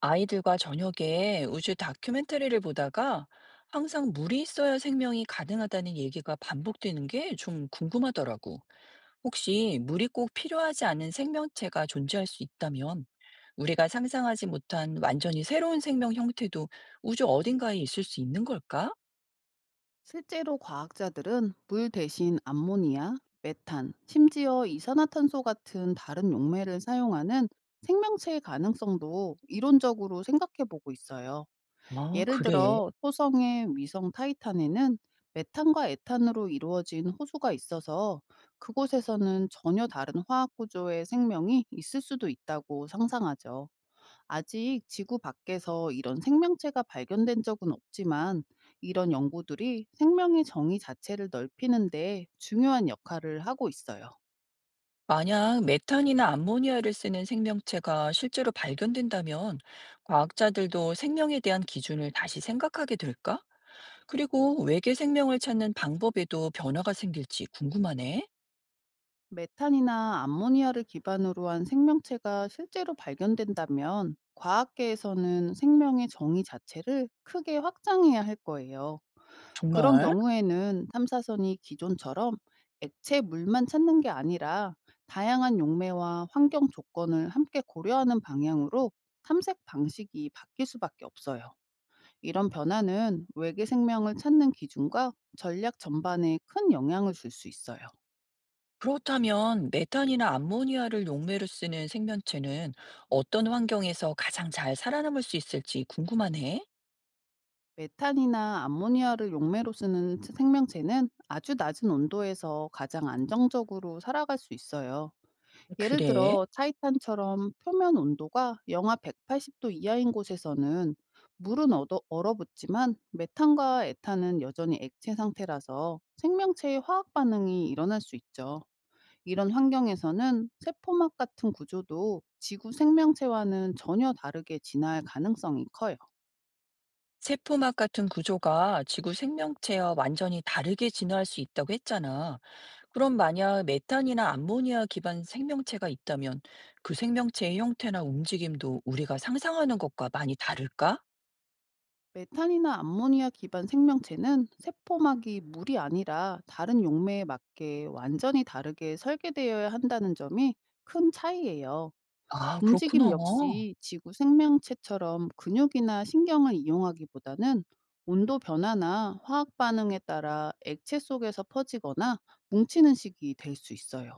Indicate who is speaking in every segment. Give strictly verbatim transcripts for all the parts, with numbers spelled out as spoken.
Speaker 1: 아이들과 저녁에 우주 다큐멘터리를 보다가 항상 물이 있어야 생명이 가능하다는 얘기가 반복되는 게 좀 궁금하더라고. 혹시 물이 꼭 필요하지 않은 생명체가 존재할 수 있다면 우리가 상상하지 못한 완전히 새로운 생명 형태도 우주 어딘가에 있을 수 있는 걸까?
Speaker 2: 실제로 과학자들은 물 대신 암모니아, 메탄, 심지어 이산화탄소 같은 다른 용매를 사용하는 생명체의 가능성도 이론적으로 생각해 보고 있어요.
Speaker 1: 아,
Speaker 2: 예를
Speaker 1: 그래.
Speaker 2: 들어 토성의 위성 타이탄에는 메탄과 에탄으로 이루어진 호수가 있어서 그곳에서는 전혀 다른 화학 구조의 생명이 있을 수도 있다고 상상하죠. 아직 지구 밖에서 이런 생명체가 발견된 적은 없지만, 이런 연구들이 생명의 정의 자체를 넓히는데 중요한 역할을 하고 있어요.
Speaker 1: 만약 메탄이나 암모니아를 쓰는 생명체가 실제로 발견된다면 과학자들도 생명에 대한 기준을 다시 생각하게 될까? 그리고 외계 생명을 찾는 방법에도 변화가 생길지 궁금하네.
Speaker 2: 메탄이나 암모니아를 기반으로 한 생명체가 실제로 발견된다면 과학계에서는 생명의 정의 자체를 크게 확장해야 할 거예요. 그런
Speaker 1: 정말?
Speaker 2: 경우에는 탐사선이 기존처럼 액체 물만 찾는 게 아니라 다양한 용매와 환경 조건을 함께 고려하는 방향으로 탐색 방식이 바뀔 수밖에 없어요. 이런 변화는 외계 생명을 찾는 기준과 전략 전반에 큰 영향을 줄 수 있어요.
Speaker 1: 그렇다면 메탄이나 암모니아를 용매로 쓰는 생명체는 어떤 환경에서 가장 잘 살아남을 수 있을지 궁금하네.
Speaker 2: 메탄이나 암모니아를 용매로 쓰는 생명체는 아주 낮은 온도에서 가장 안정적으로 살아갈 수 있어요. 예를
Speaker 1: 그래?
Speaker 2: 들어 타이탄처럼 표면 온도가 영하 백팔십 도 이하인 곳에서는 물은 얻어, 얼어붙지만 메탄과 에탄은 여전히 액체 상태라서 생명체의 화학 반응이 일어날 수 있죠. 이런 환경에서는 세포막 같은 구조도 지구 생명체와는 전혀 다르게 진화할 가능성이 커요.
Speaker 1: 세포막 같은 구조가 지구 생명체와 완전히 다르게 진화할 수 있다고 했잖아. 그럼 만약 메탄이나 암모니아 기반 생명체가 있다면 그 생명체의 형태나 움직임도 우리가 상상하는 것과 많이 다를까?
Speaker 2: 메탄이나 암모니아 기반 생명체는 세포막이 물이 아니라 다른 용매에 맞게 완전히 다르게 설계되어야 한다는 점이 큰 차이예요.
Speaker 1: 아,
Speaker 2: 움직임
Speaker 1: 그렇구나.
Speaker 2: 역시 지구 생명체처럼 근육이나 신경을 이용하기보다는 온도 변화나 화학 반응에 따라 액체 속에서 퍼지거나 뭉치는 식이 될 수 있어요.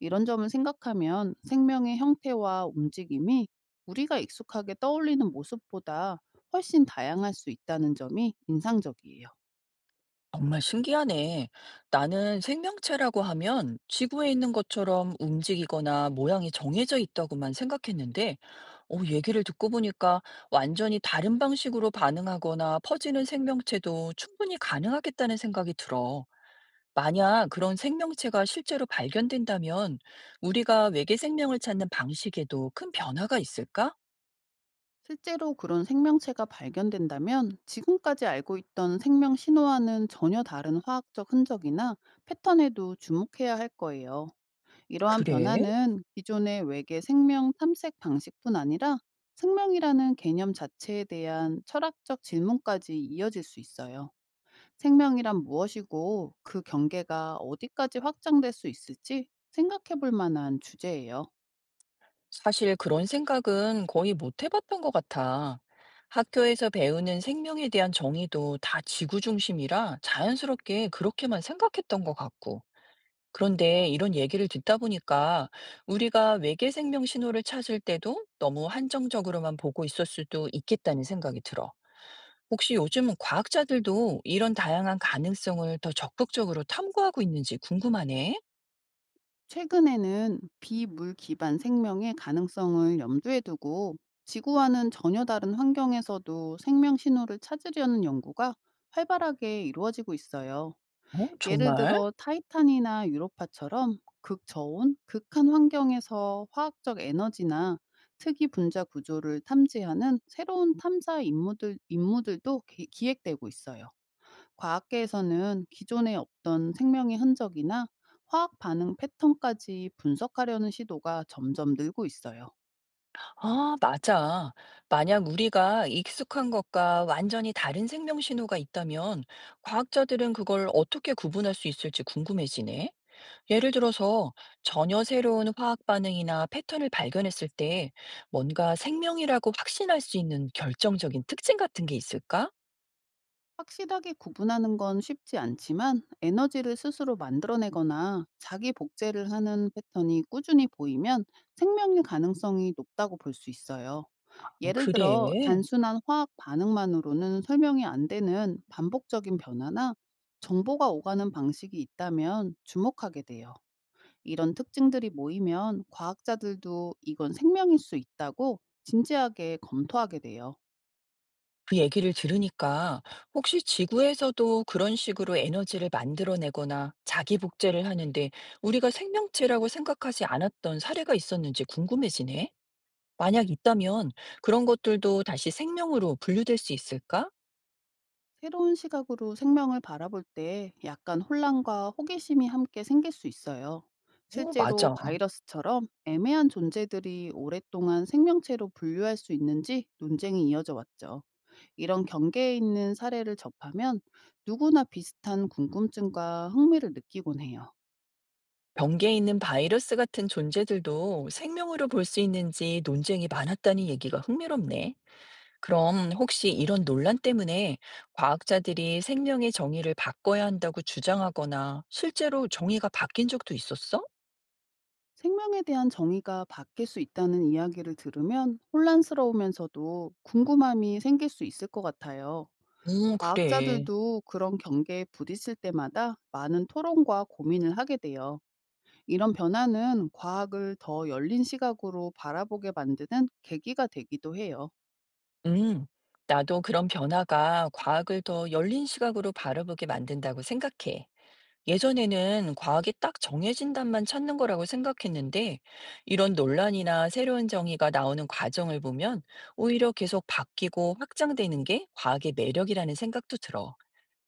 Speaker 2: 이런 점을 생각하면 생명의 형태와 움직임이 우리가 익숙하게 떠올리는 모습보다 훨씬 다양할 수 있다는 점이 인상적이에요.
Speaker 1: 정말 신기하네. 나는 생명체라고 하면 지구에 있는 것처럼 움직이거나 모양이 정해져 있다고만 생각했는데, 어, 얘기를 듣고 보니까 완전히 다른 방식으로 반응하거나 퍼지는 생명체도 충분히 가능하겠다는 생각이 들어. 만약 그런 생명체가 실제로 발견된다면 우리가 외계 생명을 찾는 방식에도 큰 변화가 있을까?
Speaker 2: 실제로 그런 생명체가 발견된다면 지금까지 알고 있던 생명 신호와는 전혀 다른 화학적 흔적이나 패턴에도 주목해야 할 거예요. 이러한
Speaker 1: 그래?
Speaker 2: 변화는 기존의 외계 생명 탐색 방식뿐 아니라 생명이라는 개념 자체에 대한 철학적 질문까지 이어질 수 있어요. 생명이란 무엇이고, 그 경계가 어디까지 확장될 수 있을지 생각해 볼 만한 주제예요.
Speaker 1: 사실 그런 생각은 거의 못 해봤던 것 같아. 학교에서 배우는 생명에 대한 정의도 다 지구 중심이라 자연스럽게 그렇게만 생각했던 것 같고. 그런데 이런 얘기를 듣다 보니까 우리가 외계 생명 신호를 찾을 때도 너무 한정적으로만 보고 있을 수도 있겠다는 생각이 들어. 혹시 요즘 과학자들도 이런 다양한 가능성을 더 적극적으로 탐구하고 있는지 궁금하네?
Speaker 2: 최근에는 비물 기반 생명의 가능성을 염두에 두고 지구와는 전혀 다른 환경에서도 생명 신호를 찾으려는 연구가 활발하게 이루어지고 있어요.
Speaker 1: 어,
Speaker 2: 예를
Speaker 1: 정말?
Speaker 2: 들어 타이탄이나 유로파처럼 극저온, 극한 환경에서 화학적 에너지나 특이 분자 구조를 탐지하는 새로운 탐사 임무들, 임무들도 기, 기획되고 있어요. 과학계에서는 기존에 없던 생명의 흔적이나 화학 반응 패턴까지 분석하려는 시도가 점점 늘고 있어요.
Speaker 1: 아, 맞아. 만약 우리가 익숙한 것과 완전히 다른 생명 신호가 있다면 과학자들은 그걸 어떻게 구분할 수 있을지 궁금해지네. 예를 들어서 전혀 새로운 화학 반응이나 패턴을 발견했을 때 뭔가 생명이라고 확신할 수 있는 결정적인 특징 같은 게 있을까?
Speaker 2: 확실하게 구분하는 건 쉽지 않지만, 에너지를 스스로 만들어내거나 자기 복제를 하는 패턴이 꾸준히 보이면 생명일 가능성이 높다고 볼 수 있어요.
Speaker 1: 어,
Speaker 2: 예를 들어
Speaker 1: 그래.
Speaker 2: 단순한 화학 반응만으로는 설명이 안 되는 반복적인 변화나 정보가 오가는 방식이 있다면 주목하게 돼요. 이런 특징들이 모이면 과학자들도 이건 생명일 수 있다고 진지하게 검토하게 돼요.
Speaker 1: 그 얘기를 들으니까 혹시 지구에서도 그런 식으로 에너지를 만들어내거나 자기 복제를 하는데 우리가 생명체라고 생각하지 않았던 사례가 있었는지 궁금해지네. 만약 있다면 그런 것들도 다시 생명으로 분류될 수 있을까?
Speaker 2: 새로운 시각으로 생명을 바라볼 때 약간 혼란과 호기심이 함께 생길 수 있어요.
Speaker 1: 오,
Speaker 2: 실제로
Speaker 1: 맞아.
Speaker 2: 바이러스처럼 애매한 존재들이 오랫동안 생명체로 분류할 수 있는지 논쟁이 이어져 왔죠. 이런 경계에 있는 사례를 접하면 누구나 비슷한 궁금증과 흥미를 느끼곤 해요.
Speaker 1: 병계에 있는 바이러스 같은 존재들도 생명으로 볼 수 있는지 논쟁이 많았다는 얘기가 흥미롭네. 그럼 혹시 이런 논란 때문에 과학자들이 생명의 정의를 바꿔야 한다고 주장하거나 실제로 정의가 바뀐 적도 있었어?
Speaker 2: 생명에 대한 정의가 바뀔 수 있다는 이야기를 들으면 혼란스러우면서도 궁금함이 생길 수 있을 것 같아요.
Speaker 1: 음, 그래.
Speaker 2: 과학자들도 그런 경계에 부딪힐 때마다 많은 토론과 고민을 하게 돼요. 이런 변화는 과학을 더 열린 시각으로 바라보게 만드는 계기가 되기도 해요.
Speaker 1: 음, 나도 그런 변화가 과학을 더 열린 시각으로 바라보게 만든다고 생각해. 예전에는 과학이 딱 정해진 답만 찾는 거라고 생각했는데, 이런 논란이나 새로운 정의가 나오는 과정을 보면 오히려 계속 바뀌고 확장되는 게 과학의 매력이라는 생각도 들어.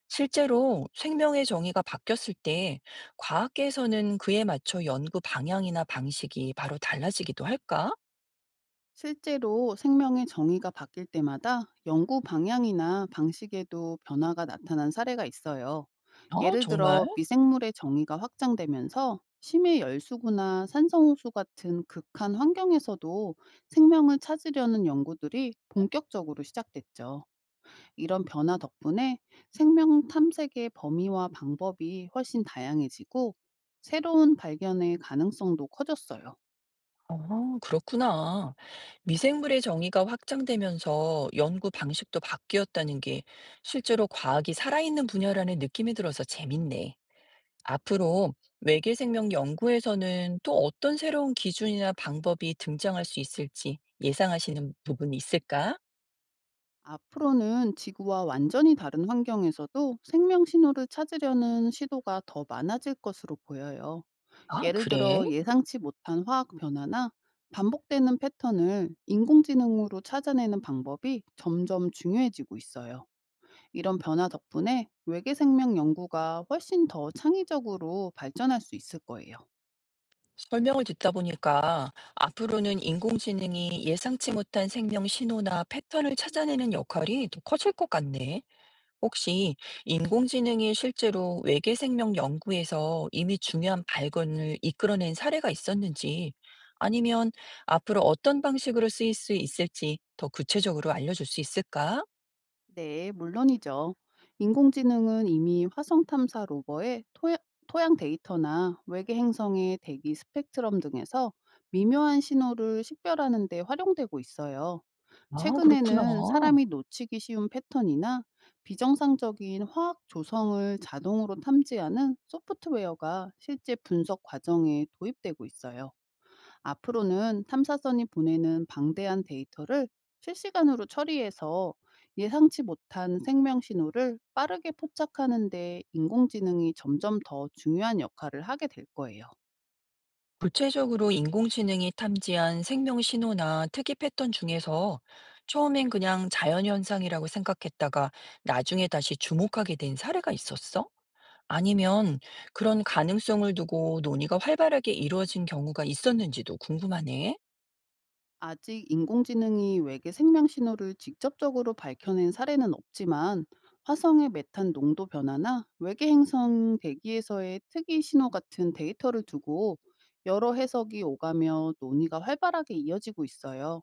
Speaker 1: 실제로 생명의 정의가 바뀌었을 때 과학계에서는 그에 맞춰 연구 방향이나 방식이 바로 달라지기도 할까?
Speaker 2: 실제로 생명의 정의가 바뀔 때마다 연구 방향이나 방식에도 변화가 나타난 사례가 있어요.
Speaker 1: 아,
Speaker 2: 예를
Speaker 1: 정말?
Speaker 2: 들어 미생물의 정의가 확장되면서 심해 열수구나 산성호수 같은 극한 환경에서도 생명을 찾으려는 연구들이 본격적으로 시작됐죠. 이런 변화 덕분에 생명 탐색의 범위와 방법이 훨씬 다양해지고 새로운 발견의 가능성도 커졌어요.
Speaker 1: 어, 그렇구나. 미생물의 정의가 확장되면서 연구 방식도 바뀌었다는 게 실제로 과학이 살아있는 분야라는 느낌이 들어서 재밌네. 앞으로 외계 생명 연구에서는 또 어떤 새로운 기준이나 방법이 등장할 수 있을지 예상하시는 부분이 있을까?
Speaker 2: 앞으로는 지구와 완전히 다른 환경에서도 생명 신호를 찾으려는 시도가 더 많아질 것으로 보여요.
Speaker 1: 아,
Speaker 2: 예를
Speaker 1: 그래.
Speaker 2: 들어 예상치 못한 화학 변화나 반복되는 패턴을 인공지능으로 찾아내는 방법이 점점 중요해지고 있어요. 이런 변화 덕분에 외계 생명 연구가 훨씬 더 창의적으로 발전할 수 있을 거예요.
Speaker 1: 설명을 듣다 보니까 앞으로는 인공지능이 예상치 못한 생명 신호나 패턴을 찾아내는 역할이 더 커질 것 같네. 혹시 인공지능이 실제로 외계 생명 연구에서 이미 중요한 발견을 이끌어낸 사례가 있었는지, 아니면 앞으로 어떤 방식으로 쓰일 수 있을지 더 구체적으로 알려줄 수 있을까?
Speaker 2: 네, 물론이죠. 인공지능은 이미 화성 탐사 로버의 토야- 토양 데이터나 외계 행성의 대기 스펙트럼 등에서 미묘한 신호를 식별하는 데 활용되고 있어요.
Speaker 1: 아, 그렇구나.
Speaker 2: 최근에는 사람이 놓치기 쉬운 패턴이나 비정상적인 화학 조성을 자동으로 탐지하는 소프트웨어가 실제 분석 과정에 도입되고 있어요. 앞으로는 탐사선이 보내는 방대한 데이터를 실시간으로 처리해서 예상치 못한 생명 신호를 빠르게 포착하는 데 인공지능이 점점 더 중요한 역할을 하게 될 거예요.
Speaker 1: 구체적으로 인공지능이 탐지한 생명 신호나 특이 패턴 중에서 처음엔 그냥 자연현상이라고 생각했다가 나중에 다시 주목하게 된 사례가 있었어? 아니면 그런 가능성을 두고 논의가 활발하게 이루어진 경우가 있었는지도 궁금하네.
Speaker 2: 아직 인공지능이 외계 생명 신호를 직접적으로 밝혀낸 사례는 없지만, 화성의 메탄 농도 변화나 외계 행성 대기에서의 특이 신호 같은 데이터를 두고 여러 해석이 오가며 논의가 활발하게 이어지고 있어요.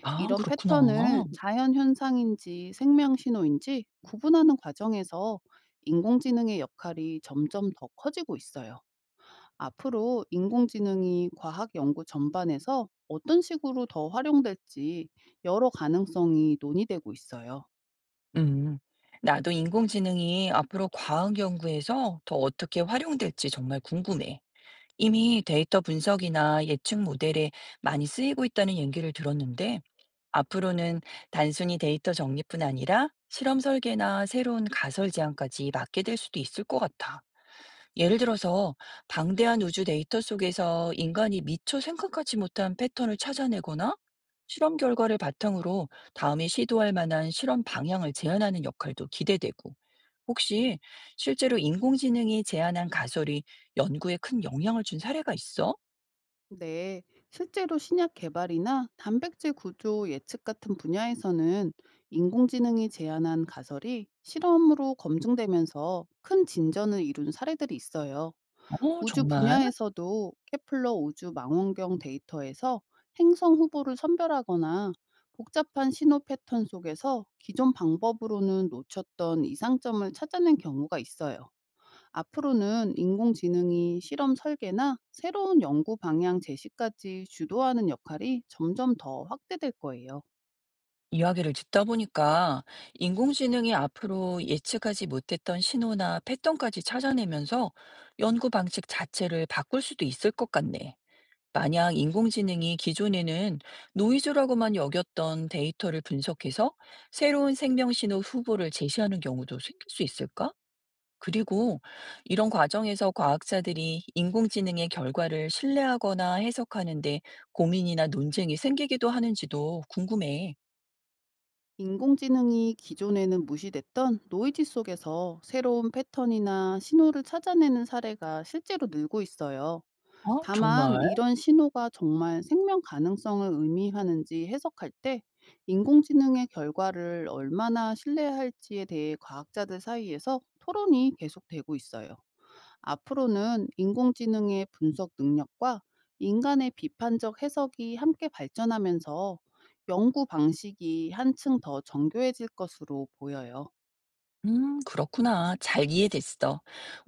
Speaker 1: 아,
Speaker 2: 이런
Speaker 1: 그렇구나.
Speaker 2: 패턴을 자연 현상인지 생명 신호인지 구분하는 과정에서 인공지능의 역할이 점점 더 커지고 있어요. 앞으로 인공지능이 과학 연구 전반에서 어떤 식으로 더 활용될지 여러 가능성이 논의되고 있어요.
Speaker 1: 음. 나도 인공지능이 앞으로 과학 연구에서 더 어떻게 활용될지 정말 궁금해. 이미 데이터 분석이나 예측 모델에 많이 쓰이고 있다는 얘기를 들었는데, 앞으로는 단순히 데이터 정리뿐 아니라 실험 설계나 새로운 가설 제안까지 맡게 될 수도 있을 것 같아. 예를 들어서 방대한 우주 데이터 속에서 인간이 미처 생각하지 못한 패턴을 찾아내거나 실험 결과를 바탕으로 다음에 시도할 만한 실험 방향을 제안하는 역할도 기대되고, 혹시 실제로 인공지능이 제안한 가설이 연구에 큰 영향을 준 사례가 있어?
Speaker 2: 네, 실제로 신약 개발이나 단백질 구조 예측 같은 분야에서는 인공지능이 제안한 가설이 실험으로 검증되면서 큰 진전을 이룬 사례들이 있어요.
Speaker 1: 어,
Speaker 2: 우주
Speaker 1: 정말.
Speaker 2: 분야에서도 케플러 우주 망원경 데이터에서 행성 후보를 선별하거나 복잡한 신호 패턴 속에서 기존 방법으로는 놓쳤던 이상점을 찾아낸 경우가 있어요. 앞으로는 인공지능이 실험 설계나 새로운 연구 방향 제시까지 주도하는 역할이 점점 더 확대될 거예요.
Speaker 1: 이야기를 듣다 보니까 인공지능이 앞으로 예측하지 못했던 신호나 패턴까지 찾아내면서 연구 방식 자체를 바꿀 수도 있을 것 같네. 만약 인공지능이 기존에는 노이즈라고만 여겼던 데이터를 분석해서 새로운 생명 신호 후보를 제시하는 경우도 생길 수 있을까? 그리고 이런 과정에서 과학자들이 인공지능의 결과를 신뢰하거나 해석하는데 고민이나 논쟁이 생기기도 하는지도 궁금해.
Speaker 2: 인공지능이 기존에는 무시됐던 노이즈 속에서 새로운 패턴이나 신호를 찾아내는 사례가 실제로 늘고 있어요.
Speaker 1: 어, 정말?
Speaker 2: 다만 이런 신호가 정말 생명 가능성을 의미하는지 해석할 때 인공지능의 결과를 얼마나 신뢰해야 할지에 대해 과학자들 사이에서 토론이 계속되고 있어요. 앞으로는 인공지능의 분석 능력과 인간의 비판적 해석이 함께 발전하면서 연구 방식이 한층 더 정교해질 것으로 보여요.
Speaker 1: 음, 그렇구나. 잘 이해됐어.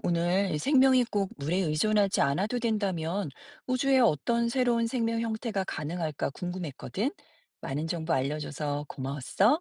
Speaker 1: 오늘 생명이 꼭 물에 의존하지 않아도 된다면 우주에 어떤 새로운 생명 형태가 가능할까 궁금했거든. 많은 정보 알려줘서 고마웠어.